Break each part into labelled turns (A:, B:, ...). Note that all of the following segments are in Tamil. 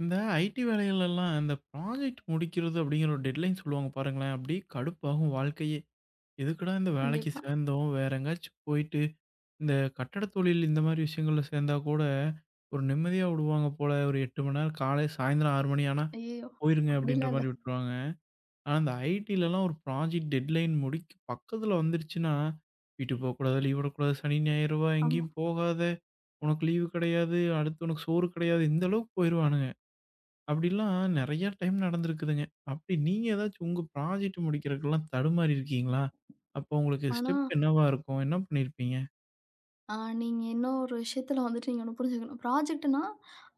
A: இந்த ஐடி வேலைகள்லாம் இந்த ப்ராஜெக்ட் முடிக்கிறது அப்படிங்கிற ஒரு டெட்லைன் சொல்லுவாங்க பாருங்களேன். அப்படியே கடுப்பாகும் வாழ்க்கையே. எதுக்குடா இந்த வேலைக்கு
B: கண்டிப்பா.
A: சேர்ந்தோம்? வேற எங்கேயாச்சும் போயிட்டு இந்த கட்டட தொழில் இந்த மாதிரி விஷயங்கள்ல சேர்ந்தா கூட ஒரு நிம்மதியா விடுவாங்க போல. ஒரு 8 மணி நேரம் காலை சாயந்தரம் 6 மணி ஆனா
B: ஐயய்யோ!
A: போயிருங்க அப்படின்ற
B: அப்படிலாம் இல்ல.
A: மாரி விட்டுருவாங்க. ஆனா இந்த ஐடிலலாம் ஒரு ப்ராஜெக்ட் டெட்லைன் முடிக்க பக்கத்துல வந்துருச்சுன்னா, வீட்டுக்கு போகக்கூடாது, லீவ் விடக்கூடாது, சனி, ஞாயிறு வா
B: ஆமா.
A: எங்கேயும் போகாத, உனக்கு லீவு கிடையாது, அடுத்து உனக்கு சோறு கிடையாது, இந்த அளவுக்கு போயிருவானுங்க. அப்படிலாம் நெறைய டைம் நடந்திருக்குதுங்க. அப்படி நீங்க ஏதாச்சும் உங்க ப்ராஜெக்ட் முடிக்கிறதுக்கெல்லாம் தடுமாறி இருக்கீங்களா? அப்போ உங்களுக்கு
B: ஆனா,
A: ஸ்டெப் என்னவா இருக்கும்? என்ன பண்ணியிருப்பீங்க?
B: அ நீங்க இன்னொரு விஷயத்துல வந்துட்டு நீங்க ஒண்ணு புரிஞ்சுக்கணும். ப்ராஜெக்ட்ன்னா,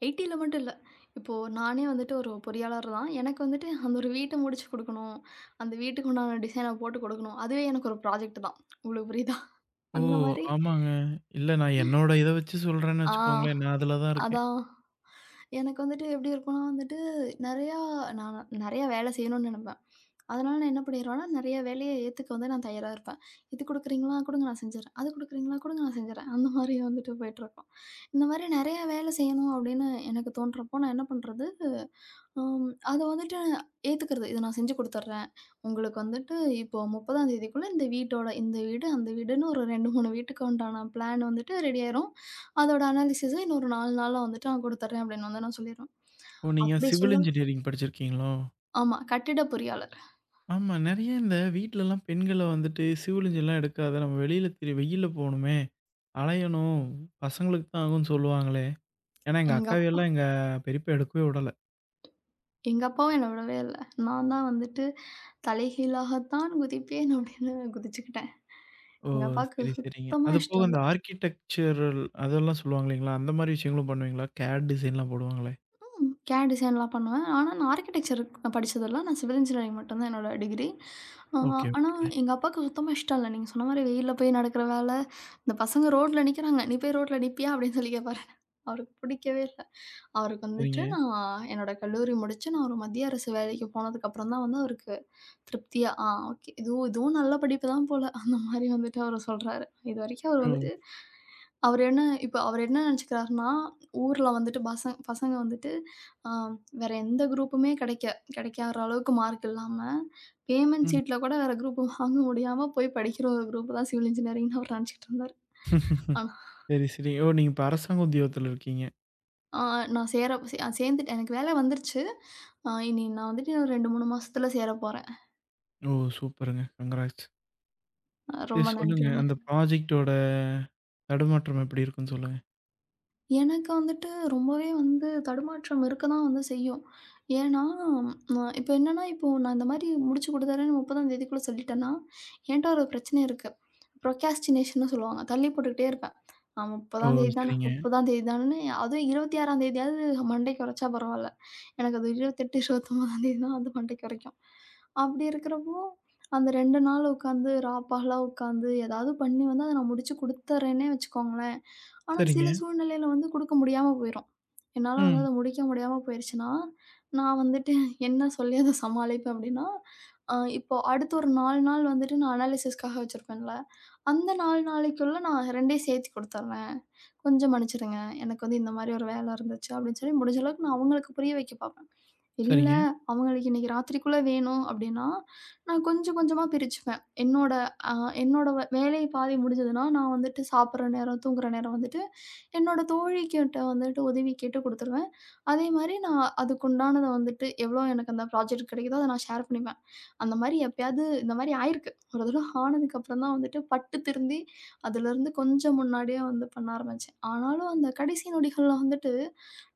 B: ஐடில மட்டும் இல்ல. இப்போ நானே வந்துட்டு ஒரு பொறியாளர் தான். எனக்கு வந்துட்டு அந்த ஒரு வீட்ட முடிச்சு குடுக்கணும். அந்த வீட்டுக்கு உண்டான டிசைன போட்டு குடுக்கணும். அதுவே எனக்கு ஒரு ப்ராஜெக்ட் தான். உங்களுக்கு புரியுதா?
A: ஓ!
B: அந்த மாரி
A: ஆமாங்க. இல்ல நான் என்னோட இத வச்சு சொல்றேன்னு
B: ஆ
A: வச்சுக்கோங்களேன். நான் அதுல தான் இருக்கேன்.
B: அதான். எனக்கு வந்துட்டு எப்படி இருக்கும்னா வந்துட்டு, நெறையா நான் நெறையா வேலை செய்யணும்னு நெனப்பேன். அதனால நான் என்ன பண்ணிருவேன்னா, நெறைய வேலைய ஏத்துக்க வந்து நான் தயாரா இருப்பேன். "இது குடுக்குறீங்களா? குடுங்க நான் செஞ்சுர்றேன். அது குடுக்குறீங்களா? குடுங்க நான் செஞ்சுர்றேன்." அந்த மாரி வந்துட்டு போயிட்டுருக்கும். இந்த மாரி நெறைய வேலை செய்யணும் அப்படின்னு எனக்கு தோன்றப்போ, நான் என்ன பண்றது அத வந்துட்டு ஏத்துக்கிறது. இத நான் செஞ்சு குடுத்துர்றேன். உங்களுக்கு வந்துட்டு இப்போ 30ஆம் தேதிக்குள்ள இந்த வீட்டோட இந்த வீடு, அந்த வீடுன்னு ஒரு 2, 3 வீட்டுக்கு உண்டான பிளான் வந்துட்டு ரெடி ஆயிரும். அதோட அனாலிசிஸ இன்னொரு 4 நாள்ல வந்துட்டு நான் குடுத்துர்றேன் அப்படின்னு வந்து நான் சொல்லிருவேன்.
A: ஓ! நீங்க
B: அப்படி
A: சிவில்
B: சொல்ல
A: இன்ஜினியரிங் படிச்சிருக்கீங்களோ?
B: ஆமா. கட்டிட பொறியாளர்.
A: ஆமா. நெறைய இந்த வீட்லலாம் பெண்கள வந்துட்டு சிவில் இன்ஜின்லாம் எடுக்காத. நம்ம வெளியில திரி வெயில்ல போணுமே, அலையணும், பசங்களுக்கு தான் ஆகும்ன்னு சொல்லுவாங்களே. ஏன்னா எங்க
B: எங்க அப்பா
A: அக்காவையெல்லாம் எங்க பெரியப்பா எடுக்கவே விடல.
B: எங்க அப்பாவும் என்ன விடவே இல்ல. நான் தான் வந்துட்டு தலைகீழாகத்தான் குதிப்பேன் அப்படின்னு குதிச்சுக்கிட்டேன்.
A: ஓ!
B: எங்க அப்பாவுக்கு
A: சரி, சரிங்க.
B: சுத்தமா
A: அதுபோக
B: இஷ்டம்
A: இந்த
B: இல்ல.
A: ஆர்க்கிடெக்சரல் அதெல்லாம் சொல்லுவாங்க இல்லைங்களா? அந்த மாரி விஷயங்களும் பண்ணுவீங்களா? கேட் டிசைன்லாம் போடுவாங்களே!
B: CAD டிசைன்லாம் பண்ணுவேன். ஆனா, நான் ஆர்க்கிடெக்சர் படிச்சதில்ல. நான் சிவில் இன்ஜினியரிங் மட்டும் தான் என்னோட டிகிரி. அ
A: ஓகே,
B: ஆனா,
A: ஓகேங்க.
B: எங்க அப்பாவுக்கு சுத்தமா இஷ்டம் இல்ல. நீங்க சொன்ன மாரி வெயில்ல போய் நடக்கிற வேலை, இந்த பசங்க ரோட்ல நிக்கிறாங்க. "நீ போய் ரோட்ல நிப்பியா?" அப்படின்னு சொல்லி கேட்பாரு. அவருக்கு பிடிக்கவே இல்ல. அவருக்கு
A: சரிங்க.
B: வந்துட்டு நான் என்னோட கல்லூரி முடிச்சு, நான் ஒரு மத்திய அரசு வேலைக்கு போனதுக்கப்புறம் தான் வந்து அவருக்கு திருப்தியா, ஓகே. இதுவும் இதுவும் நல்ல படிப்பு தான் போல. அந்த மாரி வந்துட்டு அவரு சொல்றாரு. இதுவரைக்கும் அவரு வந்துட்டு
A: ஓ!
B: அவரு என்ன நெனச்சுக்கிறாருன்னா, ஊர்ல வந்துட்டு பசங்க வந்துட்டு அ வேற எந்த குரூப்புமே கிடைக்காத அளவுக்கு மார்க் இல்லாம, பேமெண்ட்
A: ம்.
B: சீட்ல கூட வேற குரூப் வாங்க முடியாம போய் படிக்கிற ஒரு குரூப் தான் சிவில் இன்ஜினியரிங்னு அவரு நெனச்சுக்கிட்டு இருந்தாரு. ஆனா,
A: சரி, சரி. ஓ! நீங்க இப்ப அரசாங்க உத்தியோகத்தில இருக்கீங்க.
B: ஆ நான் சேர்ந்துட்டேன். எனக்கு வேலை வந்துருச்சு. இனி நான் வந்துட்டு இன்னும் 2, 3 மாசத்துல சேரப்போறேன்.
A: ஓ! சூப்பருங்க. கங்ராட்ஸ். சரி
B: ரொம்ப
A: சொல்லுங்க.
B: நன்றிங்க.
A: அந்த ப்ராஜெக்ட்டோட தடுமாற்றம் எப்படி இருக்குன்னு சொல்லுங்க?
B: எனக்கு வந்துட்டு ரொம்பவே வந்து தடுமாற்றம் இருக்க தான் வந்து செய்யும். ஏன்னா, இப்போ நான் இந்த மாரி முடிச்சு குடுத்துர்றேன்னு 30ஆந்தேதிக்குள்ள சொல்லிட்டேன்னா, என்ட்ட ஒரு பிரச்சனை இருக்கு. ப்ரொக்ராஸ்டினேஷன்னு சொல்லுவாங்க. தள்ளி போட்டுக்கிட்டே இருப்பேன். ஆ
A: ஓ!
B: 30ஆந்தேதி தான,
A: சரிங்க,
B: 30ஆந்தேதி தானன்னு அதுவும் 26ஆந்தேதியாவது மண்டைக்கு உரைச்சா பரவால்ல. எனக்கு அது 28, 29ஆந்தேதி தான் வந்து மண்டைக்கு உரைக்கும். அப்படி இருக்கிறப்போ, அந்த 2 நாள் உட்காந்து, ராப்பகலா உட்காந்து, ஏதாவது பண்ணி வந்து அத நான் முடிச்சு குடுத்துர்றேன்னே வச்சுக்கோங்களேன். ஆனா
A: சரிங்க.
B: சில சூழ்நிலையில வந்து குடுக்க முடியாம போயிரும். என்னால வந்து
A: ம்.
B: அத முடிக்க முடியாம போயிருச்சுன்னா, நான் வந்துட்டு என்ன சொல்லி அத சமாளிப்பேன் அப்படின்னா, இப்போ அடுத்த ஒரு 4 நாள் வந்துட்டு நான் அனாலிசிஸ்க்காக வச்சிருப்பேன்ல, அந்த 4 நாளைக்குள்ள நான் 2யும் சேர்த்து குடுத்துர்றேன். கொஞ்சம் மன்னிச்சுடுங்க. எனக்கு வந்து இந்த மாரி ஒரு வேலை இருந்துச்சு அப்படின்னு சொல்லி முடிஞ்ச அளவுக்கு நான் அவங்களுக்கு புரிய வைக்க பார்ப்பேன். இல்ல
A: சரிங்க,
B: அவங்களுக்கு இன்னைக்கு ராத்திரிக்குள்ள வேணும் அப்படின்னா, நான் கொஞ்சம் கொஞ்சமா பிரிச்சுப்பேன். அ என்னோட வேலை பாதி முடிஞ்சதுன்னா, நான் வந்துட்டு சாப்பிடுற நேரம், தூங்குற நேரம் வந்துட்டு என்னோட தோழிகிட்ட வந்துட்டு உதவி கேட்டு குடுத்துருவேன். அதே மாரி நான் அதுக்குண்டானத வந்துட்டு எவ்ளோ எனக்கு அந்த ப்ராஜெக்ட் கிடைக்குதோ, அத நான் ஷேர் பண்ணிப்பேன். அந்த மாரி எப்பயாவது இந்த மாரி ஆயிருக்கு. ஒரு தடவ ஆனதுக்கு அப்புறம் தான் வந்துட்டு பட்டு திருந்தி, அதுலருந்து கொஞ்சம் முன்னாடியே வந்து பண்ண ஆரம்பிச்சேன். ஆனாலும் அந்த கடைசி நொடிகள்ல வந்துட்டு,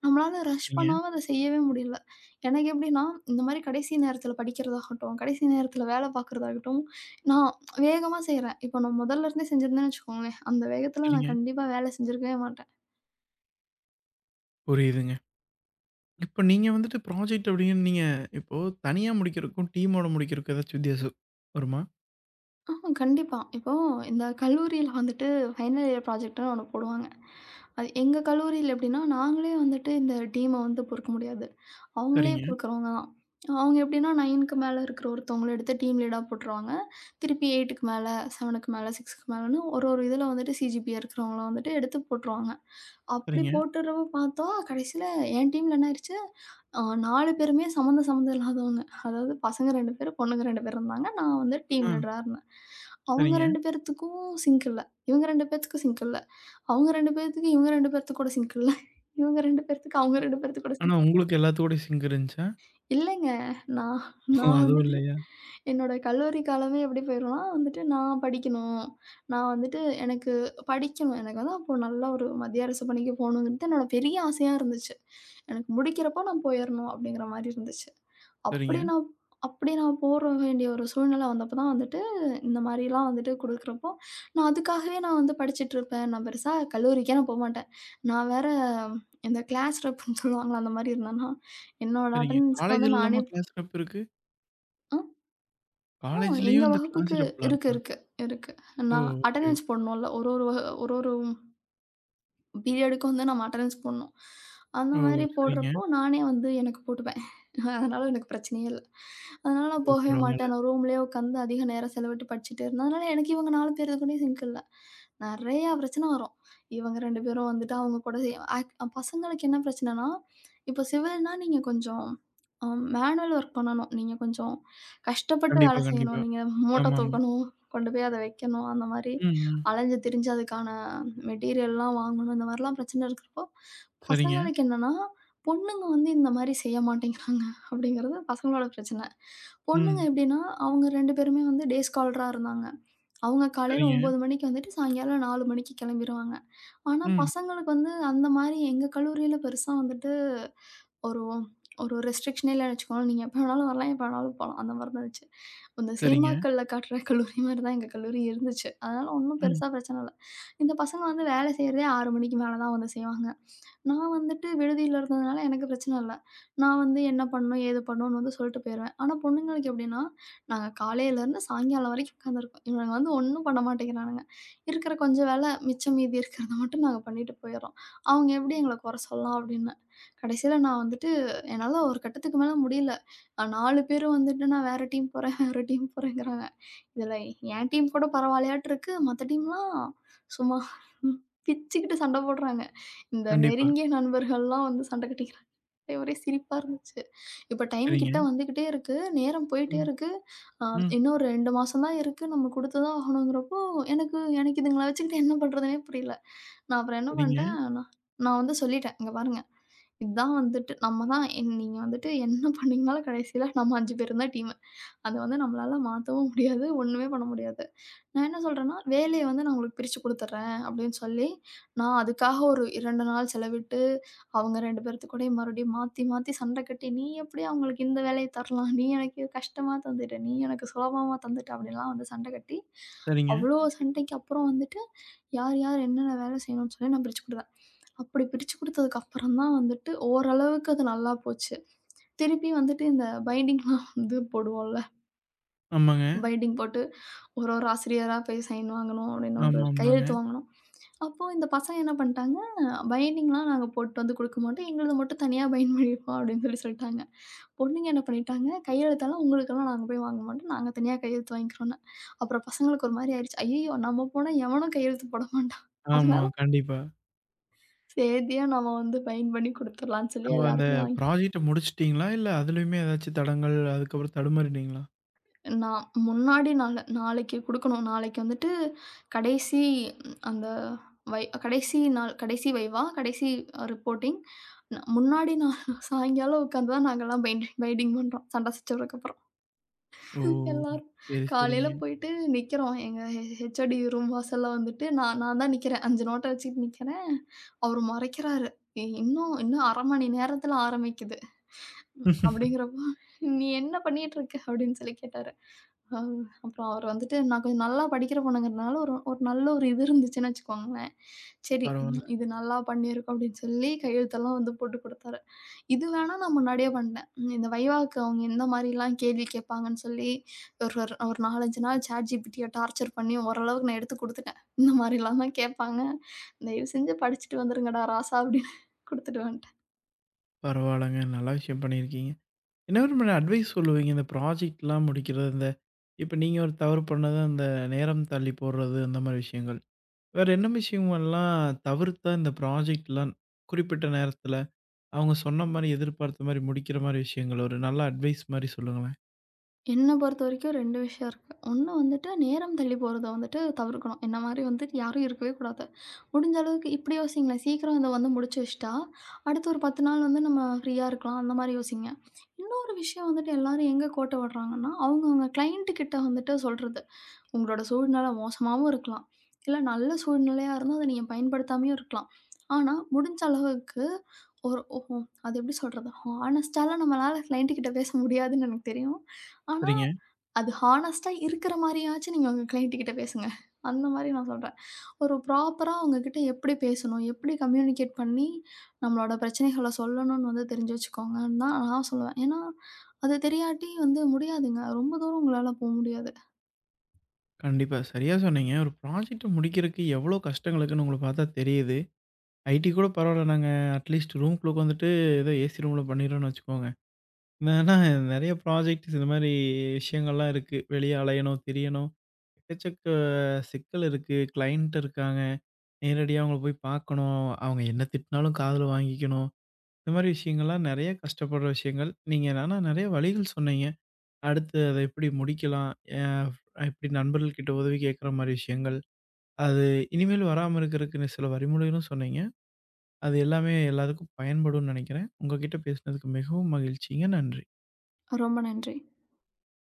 B: நம்மளால ரஷ்
A: சரிங்க,
B: பண்ணாம அத செய்யவே முடியல. எனக்கு எப்படின்னா, இந்த மாரி கடைசி நேரத்துல படிக்கிறதாகட்டும், கடைசி நேரத்துல வேல பார்க்குறதாகட்டும், நான் வேகமா செய்றேன். இப்போ நான் முதல்ல இருந்தே செஞ்சிருந்தேன்னு வச்சுக்கோங்களேன், அந்த வேகத்துல நான்
A: சரிங்க.
B: கண்டிப்பா வேல செஞ்சிருக்கவே மாட்டேன்.
A: புரியுதுங்க. இப்ப நீங்க வந்துட்டு ப்ராஜெக்ட் அப்படின்னு நீங்க இப்போ தனியா முடிக்கிறதுக்கும், டீமோட முடிக்கிறதுக்கும் ஏதாச்சும் வித்தியாசம் வருமா?
B: ஆமா, கண்டிப்பா. இப்போ இந்த கல்லூரியில வந்துட்டு ஃபைனல் இயர் ப்ராஜெக்ட்ன்னு ஒண்ணு போடுவாங்க. அது எங்க கல்லூரியில எப்படின்னா, நாங்களே வந்துட்டு இந்த டீம வந்து பொறுக்க முடியாது. அவங்களே
A: சரிங்க,
B: குடுக்குறவங்க தான். அவங்க எப்படின்னா 9க்கு மேல இருக்கிற ஒருத்தவங்கள எடுத்து டீம் லீடா போட்டுருவாங்க. திருப்பி 8க்கு மேல, 7க்கு மேல, 6க்கு மேலன்னு ஒரு ஒரு இதுல வந்துட்டு சிஜிபிஏ இருக்கிறவங்கள வந்துட்டு எடுத்து போட்டுருவாங்க. அப்படி
A: சரிங்க.
B: போட்டுறவு பார்த்தோம். கடைசியில என் டீம்ல என்ன ஆயிருச்சு, அ 4 பேருமே சம்மந்தம் சம்மந்தம் இல்லாதவங்க. அதாவது பசங்க 2 பேரு, பொண்ணுங்க 2 பேரு இருந்தாங்க. நான் வந்து
A: ஆ,
B: டீம் லீடரா இருந்தேன். அவங்க
A: சரிங்க.
B: 2 பேத்துக்கும் சிங்க் இல்ல. இவங்க 2 பேத்துக்கும் சிங்க் இல்ல. அவங்க 2 பேத்துக்கு, இவங்க 2 பேத்துக்கு கூட சிங்க் இல்ல. இவங்க 2 பேத்துக்கு, அவங்க 2 பேத்துக்கு கூட
A: ஆனா,
B: சிங்க்
A: உங்களுக்கு எல்லாத்துக்கூடயும் சிங்க் இருந்துச்சா?
B: இல்லைங்க. நான்
A: ஓ!
B: நான்
A: அதுவும்
B: வந்துட்டு
A: இல்லையா?
B: என்னோட கல்லூரி காலமே எப்படி போயிரும்னா, வந்துட்டு நான் படிக்கணும். நான் வந்துட்டு எனக்கு படிக்கணும். எனக்கு வந்து அப்போ நல்ல ஒரு மத்திய அரசு பணிக்கு போகணுங்கிறது என்னோட பெரிய ஆசையா இருந்துச்சு. எனக்கு முடிக்கிறப்போ நான் போயிறணும் அப்படிங்கிற மாரி இருந்துச்சு.
A: சரிங்க,
B: அப்படி நான் அப்படி நான் போற வேண்டிய ஒரு சூழ்நிலை வந்தப்போ தான் வந்துட்டு, இந்த மாரிலாம் வந்துட்டு குடுக்குறப்போ, நான் அதுக்காகவே நான் வந்து படிச்சுட்டு இருப்பேன். நான் பெருசா கல்லூரிக்கே நான் போமாட்டேன். நான் வேற இந்த கிளாஸ் ரெப்ன்னு சொல்லுவாங்கல்ல அந்த மாரி இருந்தேன்னா, என்னோட
A: சரிங்க.
B: அட்டெண்டன்ஸ்க்கு வந்து
A: காலேஜ்லலாமா
B: நானே
A: கிளாஸ் ரப் இருக்கு?
B: அ ஆ எங்க
A: காலேஜ்லயும் இந்த கிளாஸ்
B: வகுப்புக்கு
A: ரப்லாம்
B: இருக்கு,
A: இருக்கா?
B: இருக்கு, இருக்கு.
A: ஓ!
B: நான்
A: ஓகே,
B: அட்டெண்டன்ஸ்
A: ஓகே.
B: போடணும்ல. ஒரு ஒரு வகு ஒரு ஒரு பீரியடுக்கு வந்து நம்ம அட்டெண்டன்ஸ் போடணும். அந்த
A: ஓ!
B: மாரி
A: சரிங்க.
B: போடுறப்போ, நானே வந்து எனக்கு போட்டுப்பேன். அதனால எனக்கு பிரச்சனையே இல்ல. அதனால நான்
A: ஓ!
B: போகவே
A: பரவால்ல.
B: மாட்டேன். நான் ரூம்லயே உட்காந்து அதிக நேரம் செலவிட்டு படிச்சுட்டே இருந்தேன். அதனால எனக்கு இவங்க 4 பேர் கூடயும் சிங்க் இல்ல. நெறையா பிரச்சனை வரும். இவங்க 2 பேரும் வந்துட்டு அவங்க கூட செய் ஆக் பசங்களுக்கு என்ன பிரச்சனைனா, இப்போ சிவில்னா நீங்க கொஞ்சம் அ மேனுவல் ஒர்க் பண்ணணும். நீங்க கொஞ்சம் கஷ்டப்பட்டு
A: கண்டிப்பா,
B: வேலை
A: கண்டிப்பா.
B: செய்யணும். நீங்க மூட்டை
A: ஆமாமா.
B: தூக்கணும், கொண்டு போய் அத வைக்கணும். அந்த மாரி
A: ம், ம்.
B: அலைஞ்சு திரிஞ்சு அதுக்கான மெட்டீரியல்லாம் வாங்கணும். இந்த மாரிலாம் பிரச்சனை இருக்கிறப்போ,
A: சரிங்க.
B: பசங்களுக்கு என்னன்னா, பொண்ணுங்க வந்து இந்த மாரி செய்ய மாட்டேங்கிறாங்க அப்படிங்கிறது பசங்களோட பிரச்சனை. பொண்ணுங்க
A: ம்.
B: எப்படின்னா, அவங்க 2 பேருமே வந்து டே ஸ்காலரா இருந்தாங்க. அவங்க காலையில
A: சரிங்க.
B: 9 மணிக்கு வந்துட்டு, சாயங்காலம் 4 மணிக்கு கிளம்பிருவாங்க. ஆனா,
A: ம்.
B: பசங்களுக்கு வந்து அந்த மாரி எங்க கல்லூரியில பெருசா வந்துட்டு ஒரு ஒரு ரெஸ்ட்ரிக்ஷனே இல்லன்னு வச்சுக்கோங்களேன். நீங்க எப்ப வேணாலும் வரலாம், எப்ப வேணாலும் போலாம். அந்த மாரி தான் இருந்துச்சு. இந்த
A: சரிங்க.
B: சினிமாக்கள்ல காட்டுற கல்லூரி மாரி தான் எங்க கல்லூரி இருந்துச்சு. அதனால ஒண்ணும்
A: ம்.
B: பெருசா பிரச்சனை இல்ல. இந்த பசங்க வந்து வேலை செய்றதே 6 மணிக்கு மேல தான் வந்து செய்வாங்க. நான் வந்துட்டு விடுதியில இருந்ததுனால எனக்கு பிரச்சனை இல்ல. நான் வந்து என்ன பண்ணணும், ஏது பண்ணணும்னு வந்து சொல்லிட்டு போயிருவேன். ஆனா பொண்ணுங்களுக்கு எப்படின்னா, நாங்க காலையிலேருந்து சாயங்காலம் வரைக்கும் உட்காந்துருப்போம். இவனுங்க வந்து ஒண்ணும் பண்ண மாட்டேங்கிறானுங்க. இருக்கிற கொஞ்சம் வேலை மிச்சம் மீதி இருக்கிறத மட்டும் நாங்க பண்ணிட்டு போயிர்றோம். அவங்க எப்படி எங்கள குறை சொல்லலாம் அப்படின்னு. கடைசியில நான் வந்துட்டு என்னால ஒரு கட்டத்துக்கு மேல முடியல. 4 பேரும் வந்துட்டு நான் வேற டீம் போறேன், வேற டீம் போறேங்கிறாங்க. இதுல என் டீம் கூட பரவாயில்லையாட்டு இருக்கு. மத்த டீம்லாம் சும்மா பிச்சுக்கிட்டு சண்டை போடுறாங்க. இந்த
A: கண்டிப்பா.
B: நெருங்கிய நண்பர்கள்லாம் வந்து சண்டை கட்டிக்கிறாங்க. ஒரே சிரிப்பா இருந்துச்சு. இப்ப டைம்
A: சரிங்க.
B: கிட்ட வந்துகிட்டே இருக்கு. நேரம் போயிட்டே
A: ம்,
B: இருக்கு. அ
A: ம்.
B: இன்னும் 2 மாசம் தான் இருக்கு. நம்ம குடுத்து தான் ஆகணுங்கிறப்போ எனக்கு எனக்கு இதுங்கள வச்சுக்கிட்டு என்ன பண்றதுன்னே புரியல. நான் அப்புறம் என்ன
A: சரிங்க,
B: பண்ட்டேன், நான் நான் வந்து சொல்லிட்டேன். இங்க பாருங்க, இதான் வந்துட்டு நம்ம தான் நீங்க வந்துட்டு என்ன பண்ணீங்கனாலும் கடைசியில நம்ம 5 பேரும் தான் டீம். அத வந்து நம்மளால மாத்தவும் முடியாது. ஒண்ணுமே பண்ண முடியாது. நான் என்ன சொல்றேன்னா, வேலைய வந்து நான் உங்களுக்கு பிரிச்சு குடுத்துர்றேன் அப்படின்னு சொல்லி, நான் அதுக்காக ஒரு 2 நாள் செலவிட்டு, அவங்க 2 பேர்த்து கூடயும் மறுபடியும் மாத்தி மாத்தி சண்டை கட்டி, "நீ எப்படி அவங்களுக்கு இந்த வேலைய தரலாம்? நீ எனக்கு கஷ்டமா தந்துட்ட. நீ எனக்கு சுலபமா தந்துட்ட." அப்படின்லாம் வந்து சண்டை கட்டி,
A: சரிங்க.
B: அவ்ளோ சண்டைக்கு அப்புறம் வந்துட்டு, யார் யார் என்னென்ன வேலை செய்யணும்னு சொல்லி நான் பிரிச்சு குடுத்தேன். அப்படி பிரிச்சு குடுத்ததுக்கு அப்புறம் தான் வந்துட்டு ஓரளவுக்கு அது நல்லா போச்சு. திருப்பி வந்துட்டு இந்த பைண்டிங்லாம் வந்து போடுவோம்ல.
A: ஆமாங்க.
B: பைண்டிங் போட்டு ஒரு ஒரு ஆசிரியரா போய் சைன் வாங்கணும் அப்படின்னு ஒரு
A: ஆமா,
B: ஒரு
A: ஆமாங்க.
B: கையெழுத்து வாங்கணும். அப்போ இந்த பசங்க என்ன பண்ணிட்டாங்க, பைண்டிங்லாம் நாங்க போட்டு வந்து குடுக்க மாட்டோம். எங்களுது மட்டும் தனியா பைண்ட் பண்ணியிருப்போம் அப்படின்னு சொல்லி சொல்லிட்டாங்க. பொண்ணுங்க என்ன பண்ணிட்டாங்க, கையெழுத்தெல்லாம் உங்களுக்கெல்லாம் நாங்க போய் வாங்க மாட்டோம். நாங்க தனியா கையெழுத்து வாங்கிக்கிறோம்ன்னு. அப்புறம் பசங்களுக்கு ஒரு மாரி ஆயிருச்சு. ஐயய்யோ! நம்ம போனா எவனும் கையெழுத்து போட மாட்டான்.
A: ஆமா,
B: அதனால,
A: கண்டிப்பா.
B: சேத்தியா நம்ம வந்து பைண்ட் பண்ணி குடுத்துடலாம்ன்னு
A: அப்ப
B: சொல்லி
A: அந்த
B: எல்லாருக்கும் வாங்கி
A: ப்ராஜெக்ட்ட முடிச்சுட்டீங்களா? இல்ல அதுலயுமே ஏதாச்சும் தடங்கல், அதுக்கப்புறம் தடுமாறிட்டீங்களா?
B: நான் முன்னாடி நாளு நாளைக்கு குடுக்கணும். நாளைக்கு வந்துட்டு கடைசி ம், அந்த வை கடைசி நாள் கடைசி வைவா, கடைசி ரிப்போர்ட்டிங். முன்னாடி நாள் சாயங்காலம் உட்காந்து தான் நாங்கலாம் பெயிண்டிங் பண்றோம். சண்டை சச்சரவுக்கப்புறம்.
A: ஓ!
B: எல்லாரும்
A: சரி,
B: காலையில
A: சரிங்க.
B: போயிட்டு நிக்கிறோம். எங்க ஹெச்ஓடி ரூம் வாசல்ல வந்துட்டு நான் நான் தான் நிக்கிறேன். 5 நோட்ட வச்சுட்டு நிக்கிறேன். அவரு மறைக்கிறாரு. "ஏய், இன்னும் இன்னும் 1/2 மணி நேரத்துல ஆரம்பிக்குது. ம், அப்படிங்கிறப்போ, "நீ என்ன பண்ணிட்டு இருக்க?" அப்படின்னு சொல்லி கேட்டாரு. அ அப்புறம் அவர் வந்துட்டு நான் கொஞ்சம் நல்லா படிக்கிற பொண்ணுங்கிறதுனால, ஒரு ஒரு நல்ல ஒரு இது இருந்துச்சுன்னு வச்சுக்கோங்களேன். சரி ம்,
A: பரவால்ல,
B: இது நல்லா பண்ணியிருக்கோம் அப்படின்னு சொல்லி கையெழுத்தெல்லாம் வந்து போட்டு குடுத்தாரு. இது வேணா நான் முன்னாடியே பண்ணிட்டேன். ம், இந்த வைவாக்கு அவங்க எந்த மாரிலாம் கேள்வி கேட்பாங்கன்னு சொல்லி ஒரு ஒரு ஒரு 4, 5 நாள் ChatGPTய டார்ச்சர் பண்ணி ஓரளவுக்கு நான் எடுத்து குடுத்துட்டேன். இந்த மாரிலாம் தான் கேட்பாங்க. தயவு செஞ்சு படிச்சுட்டு வந்துருங்கடா ராசா அப்படின்னு குடுத்துட்டு வந்துட்டேன்.
A: பரவால்லங்க. நல்ல விஷயம் பண்ணியிருக்கீங்க. என்ன விதமான அட்வைஸ் சொல்லுவீங்க? இந்த ப்ராஜெக்ட்லாம் முடிக்கிறது, இந்த இப்ப நீங்க ஒரு தவறு பண்ணது, அந்த நேரம் தள்ளி போடுறது, அந்த மாரி விஷயங்கள். வேற என்ன விஷயங்கள்லாம் தவிர்த்தா இந்த ப்ராஜெக்ட்லாம் குறிப்பிட்ட நேரத்துல, அவங்க சொன்ன மாரி, எதிர்பார்த்த மாரி முடிக்கிற மாரி விஷயங்கள், ஒரு நல்ல அட்வைஸ் மாரி சொல்லுங்களேன்.
B: என்ன பொறுத்த வரைக்கும் 2 விஷயம் இருக்கு. ஒண்ணு வந்துட்டு நேரம் தள்ளி போறத வந்துட்டு தவிர்க்கணும். என்ன மாரி வந்துட்டு யாரும் இருக்கவே கூடாது. முடிஞ்ச அளவுக்கு இப்படி யோசிங்களேன். சீக்கிரம் இத வந்து முடிச்சு வச்சுட்டா, அடுத்து ஒரு 10 நாள் வந்து நம்ம ஃப்ரீயா இருக்கலாம். அந்த மாரி யோசிங்க. இன்னொரு விஷயம் வந்துட்டு எல்லாரும் எங்க கோட்ட விடுறாங்கன்னா, அவங்கவங்க கிளையன்ட் கிட்ட வந்துட்டு சொல்றது. உங்களோட சூழ்நிலை மோசமாவும் இருக்கலாம். இல்ல நல்ல சூழ்நிலையா இருந்தா அத நீங்க பயன்படுத்தாமயும் இருக்கலாம். ஆனா, முடிஞ்ச அளவுக்கு ஒரு ஓஹோ! அது எப்படி சொல்றது? ஹானஸ்ட்டாலாம் நம்மளால கிளையன்ட் கிட்ட பேச முடியாதுன்னு எனக்கு தெரியும். ஆனா,
A: சரிங்க.
B: அது ஹானஸ்ட்டா இருக்கிற மாரியாச்சும் நீங்க உங்க கிளையன்ட் கிட்ட பேசுங்க. அந்த மாரி நான் சொல்றேன். ஒரு ப்ராப்பரா அவங்ககிட்ட எப்படி பேசணும்? எப்படி கம்யூனிகேட் பண்ணி நம்மளோட பிரச்சனைகள சொல்லணும்னு வந்து தெரிஞ்சு வச்சுக்கோங்கன்னு தான் நான் சொல்லுவேன். ஏன்னா, அது தெரியாட்டி வந்து முடியாதுங்க. ரொம்ப தூரம் உங்களால போ முடியாது.
A: கண்டிப்பா. சரியா சொன்னீங்க. ஒரு ப்ராஜெக்ட்ட முடிக்கிறதுக்கு எவ்வளோ கஷ்டங்கள் இருக்குன்னு உங்கள பார்த்தா தெரியுது. ஐடி கூட பரவால்ல. நாங்க அட்லீஸ்ட் ரூம்குள்ள உட்காந்துட்டு ஏதோ ஏசி ரூம்ல பண்ணிறோம்னு வச்சுக்கோங்க. ஏன்னா நெறைய ப்ராஜெக்ட்ஸ் இந்த மாரி விஷயங்கள்லாம் இருக்கு. வெளிய அலையணும், திரியணும். எக்கச்சக்க சிக்கல் இருக்கு. கிளையண்ட் இருக்காங்க. நேரடியா அவங்கள போய் பார்க்கணும். அவங்க என்ன திட்டினாலும் காதுல வாங்கிக்கணும். இந்த மாரி விஷயங்கள்லாம் நெறைய கஷ்டப்படுற விஷயங்கள். நீங்க ஆனா நெறைய வழிகள் சொன்னீங்க. அடுத்து அத எப்படி முடிக்கலாம்? அ எப்படி நண்பர்கள்கிட்ட உதவி கேட்கிற மாரி விஷயங்கள். அது இனிமேல் வராம இருக்கறதுக்கு சில வழிமுறைகளும் சொன்னீங்க. அது எல்லாமே எல்லாத்துக்கும் பயன்படும்னு நினைக்கிறேன். உங்ககிட்ட பேசினதுக்கு மிகவும் மகிழ்ச்சிங்க. நன்றி.
B: ரொம்ப நன்றி.